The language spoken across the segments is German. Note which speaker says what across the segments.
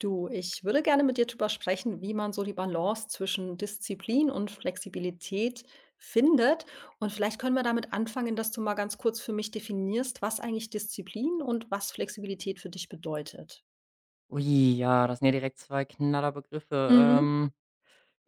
Speaker 1: Du, ich würde gerne mit dir darüber sprechen, wie man so die Balance zwischen Disziplin und Flexibilität findet. Und vielleicht können wir damit anfangen, dass du mal ganz kurz für mich definierst, was eigentlich Disziplin und was Flexibilität für dich bedeutet.
Speaker 2: Ui, ja, das sind ja direkt 2 Knallerbegriffe.
Speaker 1: Mhm.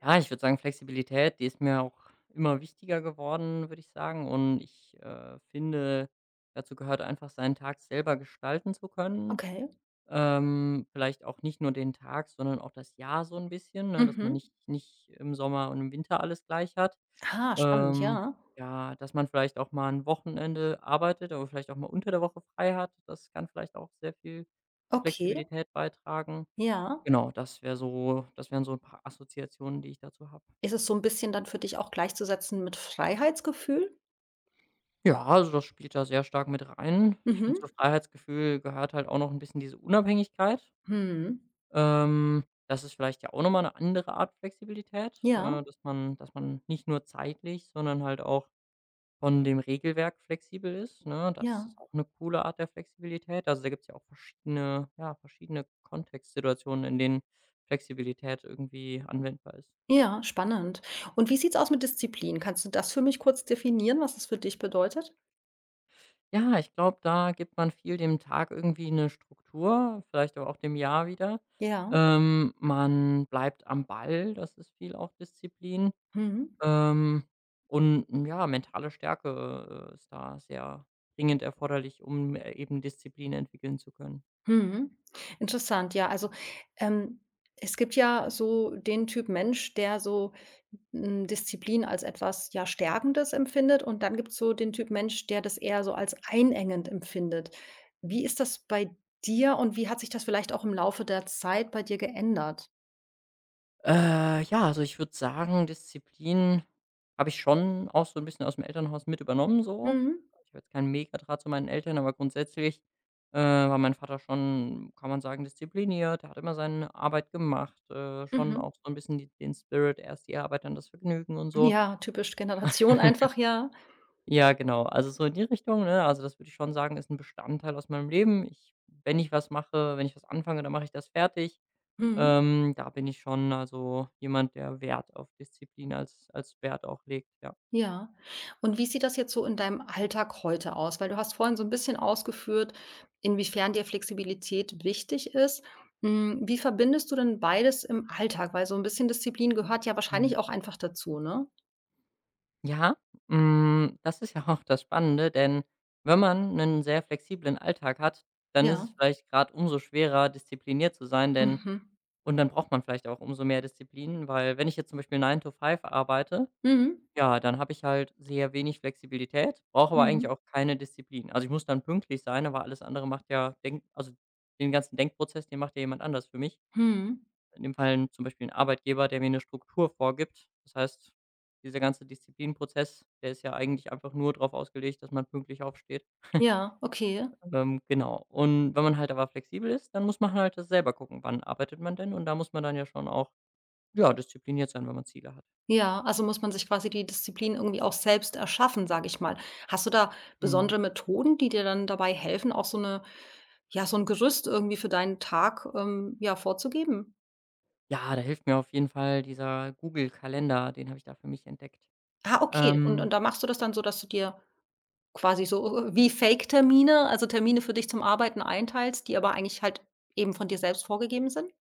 Speaker 2: Ja, ich würde sagen, Flexibilität, die ist mir auch immer wichtiger geworden, würde ich sagen. Und ich, finde, dazu gehört einfach, seinen Tag selber gestalten zu können.
Speaker 1: Okay.
Speaker 2: Vielleicht auch nicht nur den Tag, sondern auch das Jahr so ein bisschen, ne, dass man
Speaker 1: Mhm.
Speaker 2: nicht im Sommer und im Winter alles gleich hat.
Speaker 1: Ah, spannend,
Speaker 2: Ähm,
Speaker 1: ja.
Speaker 2: ja, dass man vielleicht auch mal ein Wochenende arbeitet, aber vielleicht auch mal unter der Woche frei hat. Das kann vielleicht auch sehr viel zur
Speaker 1: Okay,
Speaker 2: Flexibilität beitragen.
Speaker 1: ja.
Speaker 2: Genau, das wären so ein paar Assoziationen, die ich dazu habe.
Speaker 1: Ist es so ein bisschen dann für dich auch gleichzusetzen mit Freiheitsgefühl?
Speaker 2: Ja, also das spielt da sehr stark mit rein. Ich
Speaker 1: Mhm.
Speaker 2: finde, zum Freiheitsgefühl gehört halt auch noch ein bisschen diese Unabhängigkeit.
Speaker 1: Mhm.
Speaker 2: Das ist vielleicht ja auch noch mal 'ne andere Art Flexibilität,
Speaker 1: Ja,
Speaker 2: dass man nicht nur zeitlich, sondern halt auch von dem Regelwerk flexibel ist, ne? Das
Speaker 1: ja.
Speaker 2: ist auch eine coole Art der Flexibilität. Also, da gibt's ja auch verschiedene Kontextsituationen, in denen Flexibilität irgendwie anwendbar ist.
Speaker 1: Ja, spannend. Und wie sieht's aus mit Disziplin? Kannst du das für mich kurz definieren, was das für dich bedeutet?
Speaker 2: Ja, ich glaube, da gibt man viel dem Tag irgendwie eine Struktur, vielleicht aber auch dem Jahr wieder.
Speaker 1: Ja.
Speaker 2: Man bleibt am Ball, das ist viel auch Disziplin.
Speaker 1: Mhm.
Speaker 2: Ähm, ja, mentale Stärke, ist da sehr dringend erforderlich, um, eben Disziplin entwickeln zu können.
Speaker 1: Mhm. Interessant, ja. Also, ähm, es gibt ja so den Typ Mensch, der so, Disziplin als etwas, ja, Stärkendes empfindet und dann gibt's so den Typ Mensch, der das eher so als einengend empfindet. Wie ist das bei dir und wie hat sich das vielleicht auch im Laufe der Zeit bei dir geändert?
Speaker 2: Ja, also ich würde sagen, Disziplin habe ich schon auch so ein bisschen aus dem Elternhaus mit übernommen so.
Speaker 1: Mhm.
Speaker 2: Ich habe jetzt keinen Megadraht zu meinen Eltern, aber grundsätzlich, war mein Vater schon, kann man sagen, diszipliniert. Er hat immer seine Arbeit gemacht, schon
Speaker 1: Mhm.
Speaker 2: auch so ein bisschen die den Spirit, erst die Arbeit, dann das Vergnügen und so.
Speaker 1: Ja, typisch Generation einfach, ja.
Speaker 2: Ja, genau. Also so in die Richtung, ne? Also das würde ich schon sagen, ist ein Bestandteil aus meinem Leben. Ich wenn ich was mache wenn ich was anfange, dann mache ich das fertig.
Speaker 1: Mhm.
Speaker 2: Da bin ich schon also jemand, der Wert auf Disziplin als Wert auch legt, ja.
Speaker 1: Ja. Und wie sieht das jetzt so in deinem Alltag heute aus? Weil du hast vorhin so ein bisschen ausgeführt, inwiefern dir Flexibilität wichtig ist. Hm, wie verbindest du denn beides im Alltag? Weil so ein bisschen Disziplin gehört ja wahrscheinlich
Speaker 2: Mhm.
Speaker 1: auch einfach dazu, ne?
Speaker 2: Ja, das ist ja auch das Spannende, denn wenn man einen sehr flexiblen Alltag hat, dann ist es
Speaker 1: Ja.
Speaker 2: vielleicht gerade umso schwerer, diszipliniert zu sein, denn
Speaker 1: Mhm.
Speaker 2: und dann braucht man vielleicht auch umso mehr Disziplin, weil wenn ich jetzt zum Beispiel 9 to Five arbeite,
Speaker 1: Mhm.
Speaker 2: ja, dann habe ich halt sehr wenig Flexibilität, brauche aber eigentlich
Speaker 1: Mhm.
Speaker 2: auch keine Disziplin. Also, ich muss dann pünktlich sein, aber alles andere macht ja Denk also den ganzen Denkprozess, den macht ja jemand anders für mich.
Speaker 1: Mhm.
Speaker 2: In dem Fall 'n zum Beispiel 'n Arbeitgeber, der mir 'ne Struktur vorgibt. Das heißt, dieser ganze Disziplinprozess, der ist ja eigentlich einfach nur drauf ausgelegt, dass man pünktlich aufsteht.
Speaker 1: Ja, okay.
Speaker 2: Genau. Und wenn man halt aber flexibel ist, dann muss man halt das selber gucken, wann arbeitet man denn? Und da muss man dann ja schon auch, ja, diszipliniert sein, wenn man Ziele hat.
Speaker 1: Ja, also muss man sich quasi die Disziplin irgendwie auch selbst erschaffen, sage ich mal. Hast du da
Speaker 2: Mhm.
Speaker 1: besondere Methoden, die dir dann dabei helfen, auch so eine ja, so ein Gerüst irgendwie für deinen Tag, ja, vorzugeben?
Speaker 2: Ja, da hilft mir auf jeden Fall dieser Google-Kalender, den habe ich da für mich entdeckt.
Speaker 1: Ah, okay. Und
Speaker 2: Ähm
Speaker 1: da machst du das dann so, dass du dir quasi so, wie Fake-Termine, also Termine für dich zum Arbeiten einteilst, die aber eigentlich halt eben von dir selbst vorgegeben sind?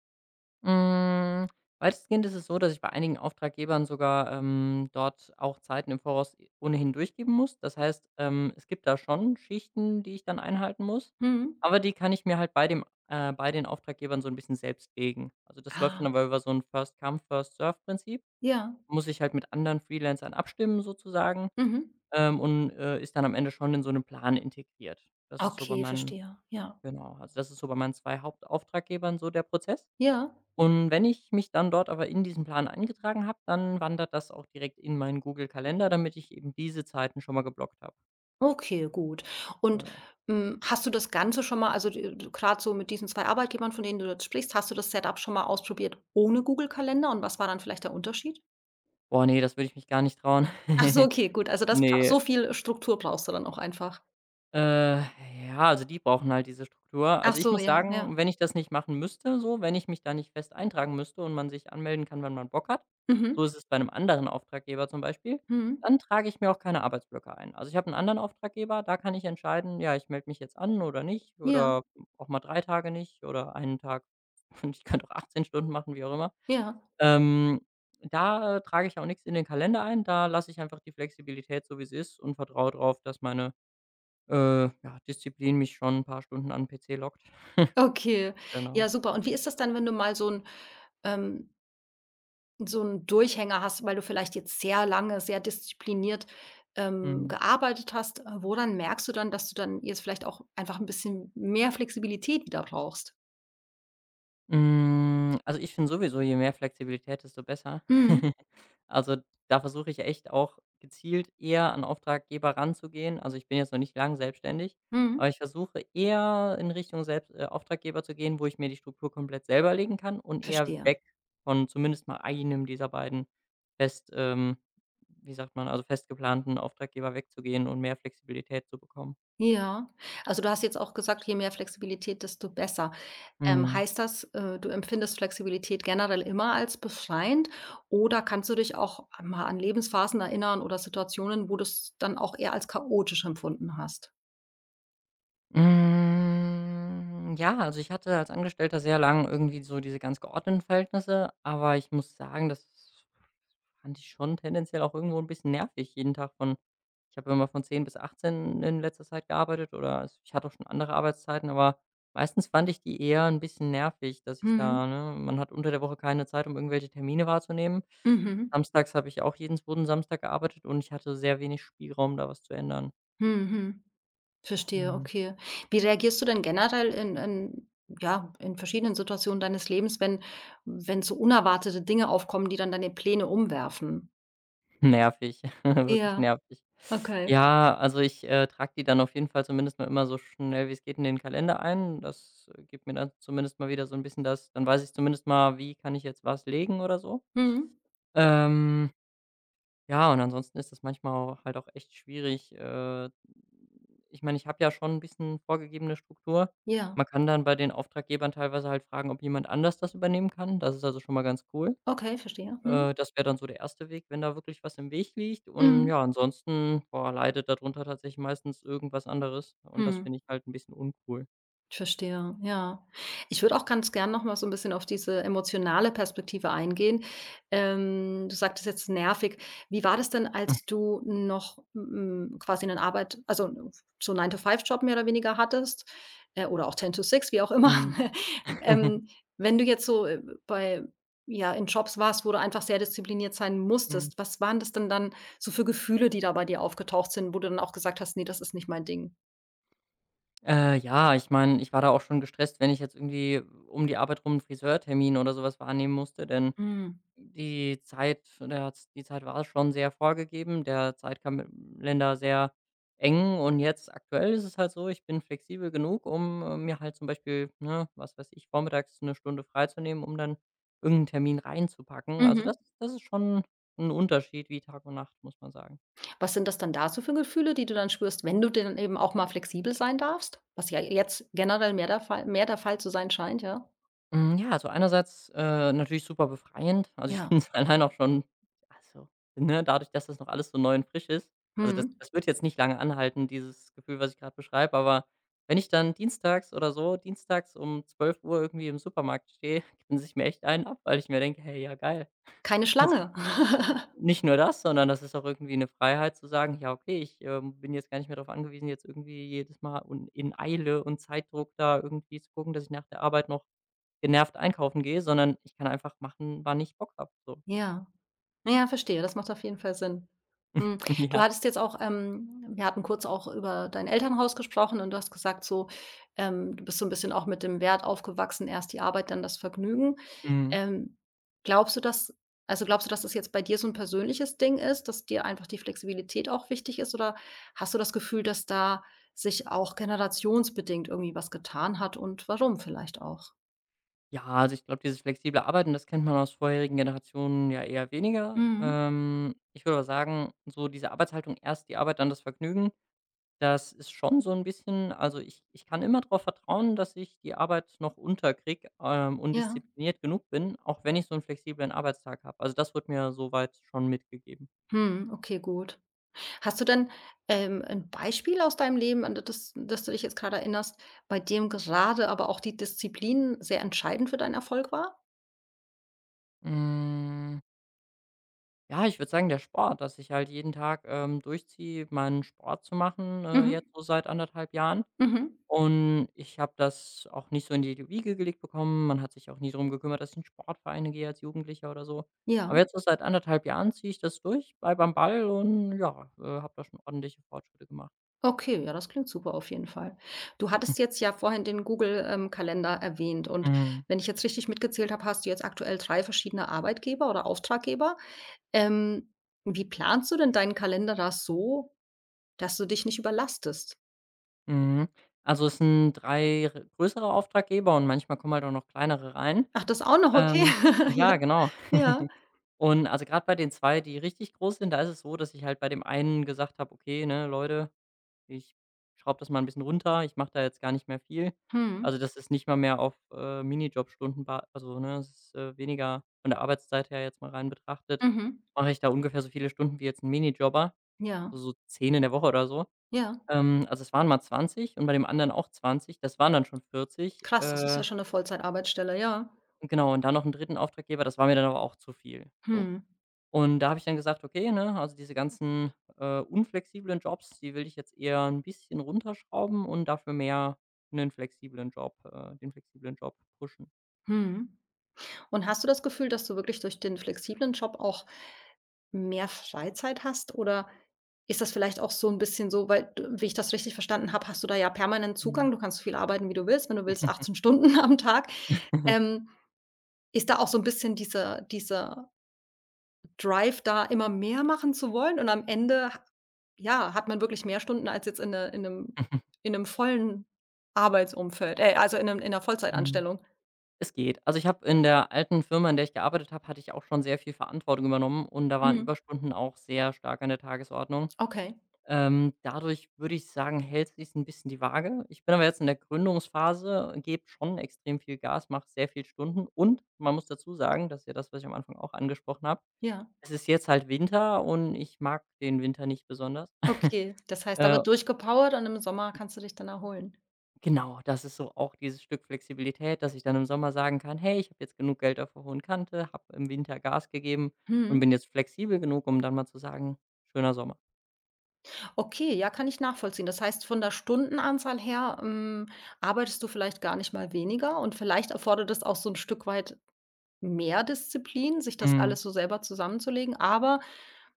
Speaker 2: Hm, weitestgehend ist es so, dass ich bei einigen Auftraggebern sogar, dort auch Zeiten im Voraus i ohnehin durchgeben muss. Das heißt, es gibt da schon Schichten, die ich dann einhalten muss,
Speaker 1: Mhm.
Speaker 2: aber die kann ich mir halt bei den Auftraggebern so ein bisschen selbst legen. Also, das läuft
Speaker 1: Ah,
Speaker 2: dann aber über so ein First Come, First Serve-Prinzip.
Speaker 1: ja.
Speaker 2: Muss ich halt mit anderen Freelancern abstimmen sozusagen,
Speaker 1: Mhm.
Speaker 2: ist dann am Ende schon in so 'nem Plan integriert. Das ist so bei
Speaker 1: Okay,
Speaker 2: meinen
Speaker 1: verstehe. Ja.
Speaker 2: genau, also das ist so bei meinen 2 Hauptauftraggebern so der Prozess.
Speaker 1: Ja.
Speaker 2: Und wenn ich mich dann dort aber in diesen Plan eingetragen habe, dann wandert das auch direkt in meinen Google-Kalender, damit ich eben diese Zeiten schon mal geblockt habe.
Speaker 1: Okay, gut. Und,
Speaker 2: Genau.
Speaker 1: hm, hast du das Ganze schon mal also, gerade so mit diesen 2 Arbeitgebern, von denen du jetzt sprichst, hast du das Setup schon mal ausprobiert ohne Google-Kalender und was war dann vielleicht der Unterschied?
Speaker 2: Boah, ne, das würde ich mich gar nicht trauen.
Speaker 1: Ach so, okay, gut. Also das bra
Speaker 2: Ne,
Speaker 1: so viel Struktur brauchst du dann auch einfach.
Speaker 2: Äh, ja, also die brauchen halt diese Struktur.
Speaker 1: Ach
Speaker 2: Also, ich
Speaker 1: so,
Speaker 2: muss
Speaker 1: ja,
Speaker 2: sagen,
Speaker 1: ja.
Speaker 2: wenn ich das nicht machen müsste so, wenn ich mich da nicht fest eintragen müsste und man sich anmelden kann, wann man Bock hat, so
Speaker 1: Mhm.
Speaker 2: ist es bei einem anderen Auftraggeber zum Beispiel,
Speaker 1: Mhm.
Speaker 2: dann trage ich mir auch keine Arbeitsblöcke ein. Also, ich habe einen anderen Auftraggeber, da kann ich entscheiden, ja, ich melde mich jetzt an oder nicht
Speaker 1: Ja,
Speaker 2: oder auch mal 3 Tage nicht oder einen Tag und ich könnte auch 18 Stunden machen, wie auch immer.
Speaker 1: ja,
Speaker 2: Ähm, da trage ich auch nichts in den Kalender ein, da lasse ich einfach die Flexibilität so, wie sie ist und vertraue darauf, dass meine ja, Disziplin mich schon ein paar Stunden an 'n PC lockt.
Speaker 1: okay. Ja,
Speaker 2: Genau.
Speaker 1: super. Und wie ist das dann, wenn du mal ähm, so 'n Durchhänger hast, weil du vielleicht jetzt sehr lange, sehr diszipliniert,
Speaker 2: Mhm.
Speaker 1: gearbeitet hast? Woran merkst du dann, dass du dann jetzt vielleicht auch einfach 'n bisschen mehr Flexibilität wieder brauchst?
Speaker 2: Also, ich finde sowieso, je mehr Flexibilität, desto besser.
Speaker 1: Mhm,
Speaker 2: Also, da versuche ich echt auch gezielt eher an Auftraggeber ranzugehen. Also, ich bin jetzt noch nicht lang selbstständig,
Speaker 1: mhm,
Speaker 2: aber ich versuche eher in Richtung selbst Auftraggeber zu gehen, wo ich mir die Struktur komplett selber legen kann und eher
Speaker 1: verstehe.
Speaker 2: weg von zumindest mal einem dieser beiden fest wie sagt man, also, fest geplanten Auftraggeber wegzugehen und mehr Flexibilität zu bekommen.
Speaker 1: Ja. Also, du hast jetzt auch gesagt: „Je mehr Flexibilität, desto besser.“
Speaker 2: Mhm.
Speaker 1: heißt das, du empfindest Flexibilität generell immer als befreiend oder kannst du dich auch mal an Lebensphasen erinnern oder Situationen, wo du es dann auch eher als chaotisch empfunden hast?
Speaker 2: Ja, also ich hatte als Angestellter sehr lang irgendwie so diese ganz geordneten Verhältnisse, aber ich muss sagen, das fand ich schon tendenziell auch irgendwo ein bisschen nervig, jeden Tag von ich habe immer von 10 bis 18 in letzter Zeit gearbeitet oder es ich hatte auch schon andere Arbeitszeiten, aber meistens fand ich die eher ein bisschen nervig, dass ich
Speaker 1: Mhm.
Speaker 2: da ne, man hat unter der Woche keine Zeit, um irgendwelche Termine wahrzunehmen.
Speaker 1: Mhm.
Speaker 2: Samstags habe ich auch jeden 2. Samstag gearbeitet und ich hatte sehr wenig Spielraum, da was zu ändern.
Speaker 1: Mhm. Verstehe,
Speaker 2: Mhm.
Speaker 1: okay. Wie reagierst du denn generell in ja, in verschiedenen Situationen deines Lebens, wenn so unerwartete Dinge aufkommen, die dann deine Pläne umwerfen?
Speaker 2: Nervig, wirklich
Speaker 1: Ja,
Speaker 2: nervig.
Speaker 1: okay.
Speaker 2: Ja, also ich, trage die dann auf jeden Fall zumindest mal immer so schnell wie es geht in den Kalender ein. Das gibt mir dann zumindest mal wieder so ein bisschen das dann weiß ich zumindest mal, wie kann ich jetzt was legen oder so.
Speaker 1: Mhm.
Speaker 2: Ähm, ja, und ansonsten ist das manchmal au halt auch echt schwierig. Ich meine, ich habe ja schon ein bisschen vorgegebene Struktur.
Speaker 1: Ja.
Speaker 2: Man kann dann bei den Auftraggebern teilweise halt fragen, ob jemand anders das übernehmen kann. Das ist also schon mal ganz cool.
Speaker 1: Okay, verstehe. Mhm.
Speaker 2: Das wäre dann so der erste Weg, wenn da wirklich was im Weg liegt. Und
Speaker 1: Mhm.
Speaker 2: ja, ansonsten, boah, leidet darunter tatsächlich meistens irgendwas anderes. Und das
Speaker 1: Mhm.
Speaker 2: finde ich halt ein bisschen uncool.
Speaker 1: Ich verstehe, ja. Ich würde auch ganz gern noch mal so 'n bisschen auf diese emotionale Perspektive eingehen. Du sagtest jetzt nervig. Wie war das denn, als du noch, hm, quasi 'nen Arbeit also so 'n Nine to Five Job mehr oder weniger hattest, oder auch Ten to Six, wie auch immer.
Speaker 2: Mhm.
Speaker 1: Ähm, wenn du jetzt so, bei ja, in Jobs warst, wo du einfach sehr diszipliniert sein
Speaker 2: Mhm.
Speaker 1: musstest, was waren das denn dann so für Gefühle, die da bei dir aufgetaucht sind, wo du dann auch gesagt hast: „Ne, das ist nicht mein Ding?“
Speaker 2: Ja, ich meine, ich war da auch schon gestresst, wenn ich jetzt irgendwie um die Arbeit rum einen Friseurtermin oder sowas wahrnehmen musste, denn
Speaker 1: Mhm.
Speaker 2: die Zeit der die Zeit war schon sehr vorgegeben, der Zeitkalender sehr eng und jetzt aktuell ist es halt so, ich bin flexibel genug, um, mir halt zum Beispiel, ne, was weiß ich, vormittags eine Stunde freizunehmen, um dann irgendeinen Termin reinzupacken. Also,
Speaker 1: Mhm.
Speaker 2: das ist schon ein Unterschied wie Tag und Nacht, muss man sagen.
Speaker 1: Was sind das dann da so für Gefühle, die du dann spürst, wenn du denn eben auch mal flexibel sein darfst? Was ja jetzt generell mehr der Fall zu sein scheint, ja?
Speaker 2: Ja, also einerseits, natürlich super befreiend. Also, ich
Speaker 1: Ja.
Speaker 2: finde es allein auch schon also, ne, dadurch, dass das noch alles so neu und frisch ist also,
Speaker 1: Mhm.
Speaker 2: das wird jetzt nicht lange anhalten, dieses Gefühl, was ich gerade beschreibe, aber wenn ich dann dienstags oder so dienstags um 12 Uhr irgendwie im Supermarkt stehe, grinse ich mir echt einen ab, weil ich mir denke: „Hey, ja geil.“
Speaker 1: Keine
Speaker 2: Also,
Speaker 1: Schlange.
Speaker 2: nicht nur das, sondern das ist auch irgendwie eine Freiheit zu sagen: „Ja, okay, ich, bin jetzt gar nicht mehr darauf angewiesen, jetzt irgendwie jedes Mal und in Eile und Zeitdruck da irgendwie zu gucken, dass ich nach der Arbeit noch“ genervt einkaufen gehe, sondern ich kann einfach machen, wann ich Bock habe, so.
Speaker 1: Ja. Ja, verstehe, das macht auf jeden Fall Sinn. Mhm. Du
Speaker 2: Ja.
Speaker 1: hattest jetzt auch wir hatten kurz auch über dein Elternhaus gesprochen und du hast gesagt so, du bist so ein bisschen auch mit dem Wert aufgewachsen, erst die Arbeit, dann das Vergnügen.
Speaker 2: Mhm.
Speaker 1: Ähm, glaubst du, dass das jetzt bei dir so ein persönliches Ding ist, dass dir einfach die Flexibilität auch wichtig ist oder hast du das Gefühl, dass da sich auch generationsbedingt irgendwie was getan hat und warum vielleicht auch?
Speaker 2: Ja, also, ich glaube, dieses flexible Arbeiten, das kennt man aus vorherigen Generationen ja eher weniger.
Speaker 1: Mhm.
Speaker 2: Ich würde aber sagen, so diese Arbeitshaltung, erst die Arbeit, dann das Vergnügen, das ist schon so ein bisschen also, ich kann immer darauf vertrauen, dass ich die Arbeit noch unterkriege, und
Speaker 1: Ja.
Speaker 2: diszipliniert genug bin, auch wenn ich so einen flexiblen Arbeitstag habe. Also, das wird mir soweit schon mitgegeben.
Speaker 1: Mhm, okay, gut. Hast du denn, 'n Beispiel aus deinem Leben, an das du dich jetzt gerade erinnerst, bei dem gerade aber auch die Disziplin sehr entscheidend für deinen Erfolg war?
Speaker 2: Hm. Ja, ich würde sagen, der Sport, dass ich halt jeden Tag, durchziehe, meinen Sport zu machen,
Speaker 1: Mhm,
Speaker 2: jetzt so seit 1,5 Jahren.
Speaker 1: mhm.
Speaker 2: Und ich habe das auch nicht so in die Wiege gelegt bekommen. Man hat sich auch nie drum gekümmert, dass ich in Sportvereine gehe als Jugendlicher oder so.
Speaker 1: Ja,
Speaker 2: Aber jetzt so seit anderthalb Jahren ziehe ich das durch, bleibe am Ball und ja, habe da schon ordentliche Fortschritte gemacht.
Speaker 1: okay, ja, das klingt super auf jeden Fall. Du hattest jetzt ja vorhin den Google, Kalender erwähnt und
Speaker 2: Mhm,
Speaker 1: wenn ich jetzt richtig mitgezählt habe, hast du jetzt aktuell 3 verschiedene Arbeitgeber oder Auftraggeber. Ähm, wie planst du denn deinen Kalender da so, dass du dich nicht überlastest?
Speaker 2: mhm. Also, es sind 3 r größere Auftraggeber und manchmal kommen halt auch noch kleinere rein.
Speaker 1: Ach, das auch noch, okay.
Speaker 2: Ähm ja,
Speaker 1: Ja,
Speaker 2: genau.
Speaker 1: ja.
Speaker 2: Und also gerade bei den 2, die richtig groß sind, da ist es so, dass ich halt bei dem einen gesagt habe: „Okay, ne, Leute, ich schraube das mal ein bisschen runter. Ich mache da jetzt gar nicht mehr viel.“
Speaker 1: Mhm.
Speaker 2: Also, das ist nicht mal mehr auf, ne, es ist, weniger von der Arbeitszeit her jetzt mal rein betrachtet,
Speaker 1: Mhm, mhm.
Speaker 2: mache ich da ungefähr so viele Stunden wie jetzt ein Minijobber,
Speaker 1: Ja,
Speaker 2: so 10 in der Woche oder so.
Speaker 1: ja.
Speaker 2: Also, es waren mal 20 und bei dem anderen auch 20, das waren dann schon 40.
Speaker 1: Krass, das ist ja schon 'ne Vollzeitarbeitsstelle, ja.
Speaker 2: Genau, und dann noch einen dritten Auftraggeber, das war mir dann aber auch zu viel, so.
Speaker 1: Mhm,
Speaker 2: Und da habe ich dann gesagt: „Okay, ne, also diese ganzen, unflexiblen Jobs, die will ich jetzt eher ein bisschen runterschrauben und dafür mehr einen flexiblen Job den flexiblen Job pushen.“
Speaker 1: mhm. Und hast du das Gefühl, dass du wirklich durch den flexiblen Job auch mehr Freizeit hast? Oder ist das vielleicht auch so 'n bisschen so weil d wie ich das richtig verstanden habe, hast du da ja permanent
Speaker 2: Mhm.
Speaker 1: Zugang. Du kannst so viel arbeiten, wie du willst, wenn du willst, 18 Stunden am Tag. Ähm, ist da auch so 'n bisschen diese Drive da immer mehr machen zu wollen und am Ende, ha ja, hat man wirklich mehr Stunden als jetzt in einem in 'nem vollen Arbeitsumfeld, also in 'ner
Speaker 2: Mhm.
Speaker 1: Vollzeitanstellung.
Speaker 2: Es geht. Also, ich habe in der alten Firma, in der ich gearbeitet habe hatte ich auch schon sehr viel Verantwortung übernommen und da waren
Speaker 1: Mhm.
Speaker 2: Überstunden auch sehr stark an der Tagesordnung.
Speaker 1: Okay,
Speaker 2: Dadurch würde ich sagen, hält sich ein bisschen die Waage. Ich bin aber jetzt in der Gründungsphase, gebe schon extrem viel Gas, mache sehr viel Stunden und man muss dazu sagen, das ist ja das, was ich am Anfang auch angesprochen habe,
Speaker 1: ja.
Speaker 2: es ist jetzt halt Winter und ich mag den Winter nicht besonders.
Speaker 1: Okay, das heißt, da
Speaker 2: Äh,
Speaker 1: wird durchgepowert und im Sommer kannst du dich dann erholen.
Speaker 2: genau, das ist so auch dieses Stück Flexibilität, dass ich dann im Sommer sagen kann: „Hey, ich habe jetzt genug Geld auf der hohen Kante, habe im Winter Gas gegeben und
Speaker 1: Mhm.
Speaker 2: bin jetzt flexibel genug, um dann mal zu sagen: 'Schöner Sommer.'“
Speaker 1: Okay, ja, kann ich nachvollziehen. Das heißt, von der Stundenanzahl her, hm, arbeitest du vielleicht gar nicht mal weniger und vielleicht erfordert es auch so ein Stück weit mehr Disziplin, sich das
Speaker 2: Mhm.
Speaker 1: alles so selber zusammenzulegen, aber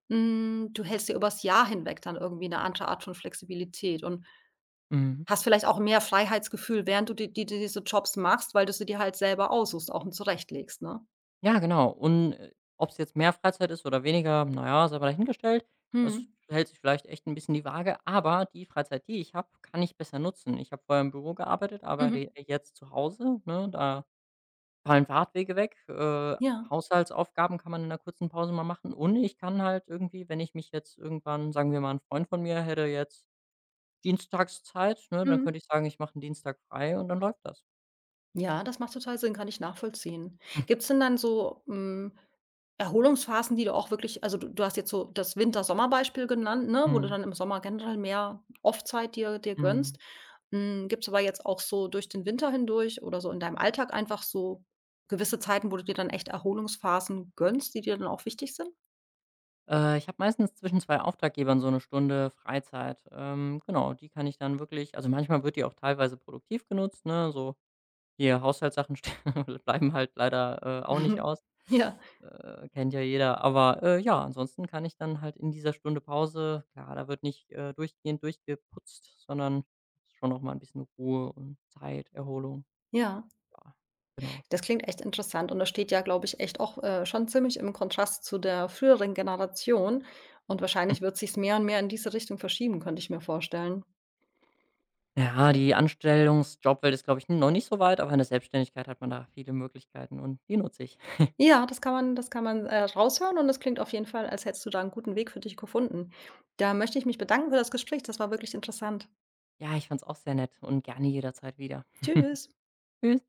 Speaker 1: hm, du hältst dir übers Jahr hinweg dann irgendwie eine andere Art von Flexibilität und
Speaker 2: Mhm.
Speaker 1: hast vielleicht auch mehr Freiheitsgefühl, während du die diese Jobs machst, weil du sie dir halt selber aussuchst, auch und zurechtlegst, ne?
Speaker 2: Ja, genau. Und, ob es jetzt mehr Freizeit ist oder weniger, naja sei mal dahingestellt. Das
Speaker 1: Mhm.
Speaker 2: hält sich vielleicht echt ein bisschen die Waage, aber die Freizeit, die ich habe, kann ich besser nutzen. Ich habe vorher im Büro gearbeitet, aber
Speaker 1: Mhm.
Speaker 2: die jetzt zu Hause, ne? Da fallen Fahrtwege weg,
Speaker 1: Ja.
Speaker 2: Haushaltsaufgaben kann man in einer kurzen Pause mal machen und ich kann halt irgendwie, wenn ich mich jetzt irgendwann sagen wir mal, ein Freund von mir hätte jetzt Dienstagszeit, ne? Dann
Speaker 1: Mhm.
Speaker 2: könnte ich sagen, ich mache einen Dienstag frei und dann läuft das.
Speaker 1: Ja, das macht total Sinn, kann ich nachvollziehen. Gibt's denn dann so, hm, Erholungsphasen, die du auch wirklich also, du hast jetzt so das Winter-Sommer-Beispiel genannt, ne, wo du
Speaker 2: Mhm.
Speaker 1: dann im Sommer generell mehr Off-Zeit dir gönnst.
Speaker 2: Mhm.
Speaker 1: Hm, gibt's aber jetzt auch so durch den Winter hindurch oder so in deinem Alltag einfach so gewisse Zeiten, wo du dir dann echt Erholungsphasen gönnst, die dir dann auch wichtig sind?
Speaker 2: Ich habe meistens zwischen 2 Auftraggebern so eine Stunde Freizeit. Genau, die kann ich dann wirklich also, manchmal wird die auch teilweise produktiv genutzt, ne? So hier Haushaltssachen ste bleiben halt leider, auch nicht aus.
Speaker 1: Ja,
Speaker 2: Kennt ja jeder. Aber, ja, ansonsten kann ich dann halt in dieser Stunde Pause klar, da wird nicht, durchgehend durchgeputzt, sondern ist schon noch mal ein bisschen Ruhe und Zeit, Erholung.
Speaker 1: ja.
Speaker 2: Ja, genau.
Speaker 1: Das klingt echt interessant und das steht ja, glaube ich, echt auch, schon ziemlich im Kontrast zu der früheren Generation und wahrscheinlich wird sich's mehr und mehr in diese Richtung verschieben, könnte ich mir vorstellen.
Speaker 2: Ja, die Anstellungsjobwelt ist, glaube ich, noch nicht so weit, aber in der Selbstständigkeit hat man da viele Möglichkeiten und die nutze ich.
Speaker 1: Ja, das kann man, raushören und das klingt auf jeden Fall, als hättest du da einen guten Weg für dich gefunden. Da möchte ich mich bedanken für das Gespräch. Das war wirklich interessant.
Speaker 2: Ja, ich fand's auch sehr nett und gerne jederzeit wieder.
Speaker 1: Tschüss.
Speaker 2: Tschüss.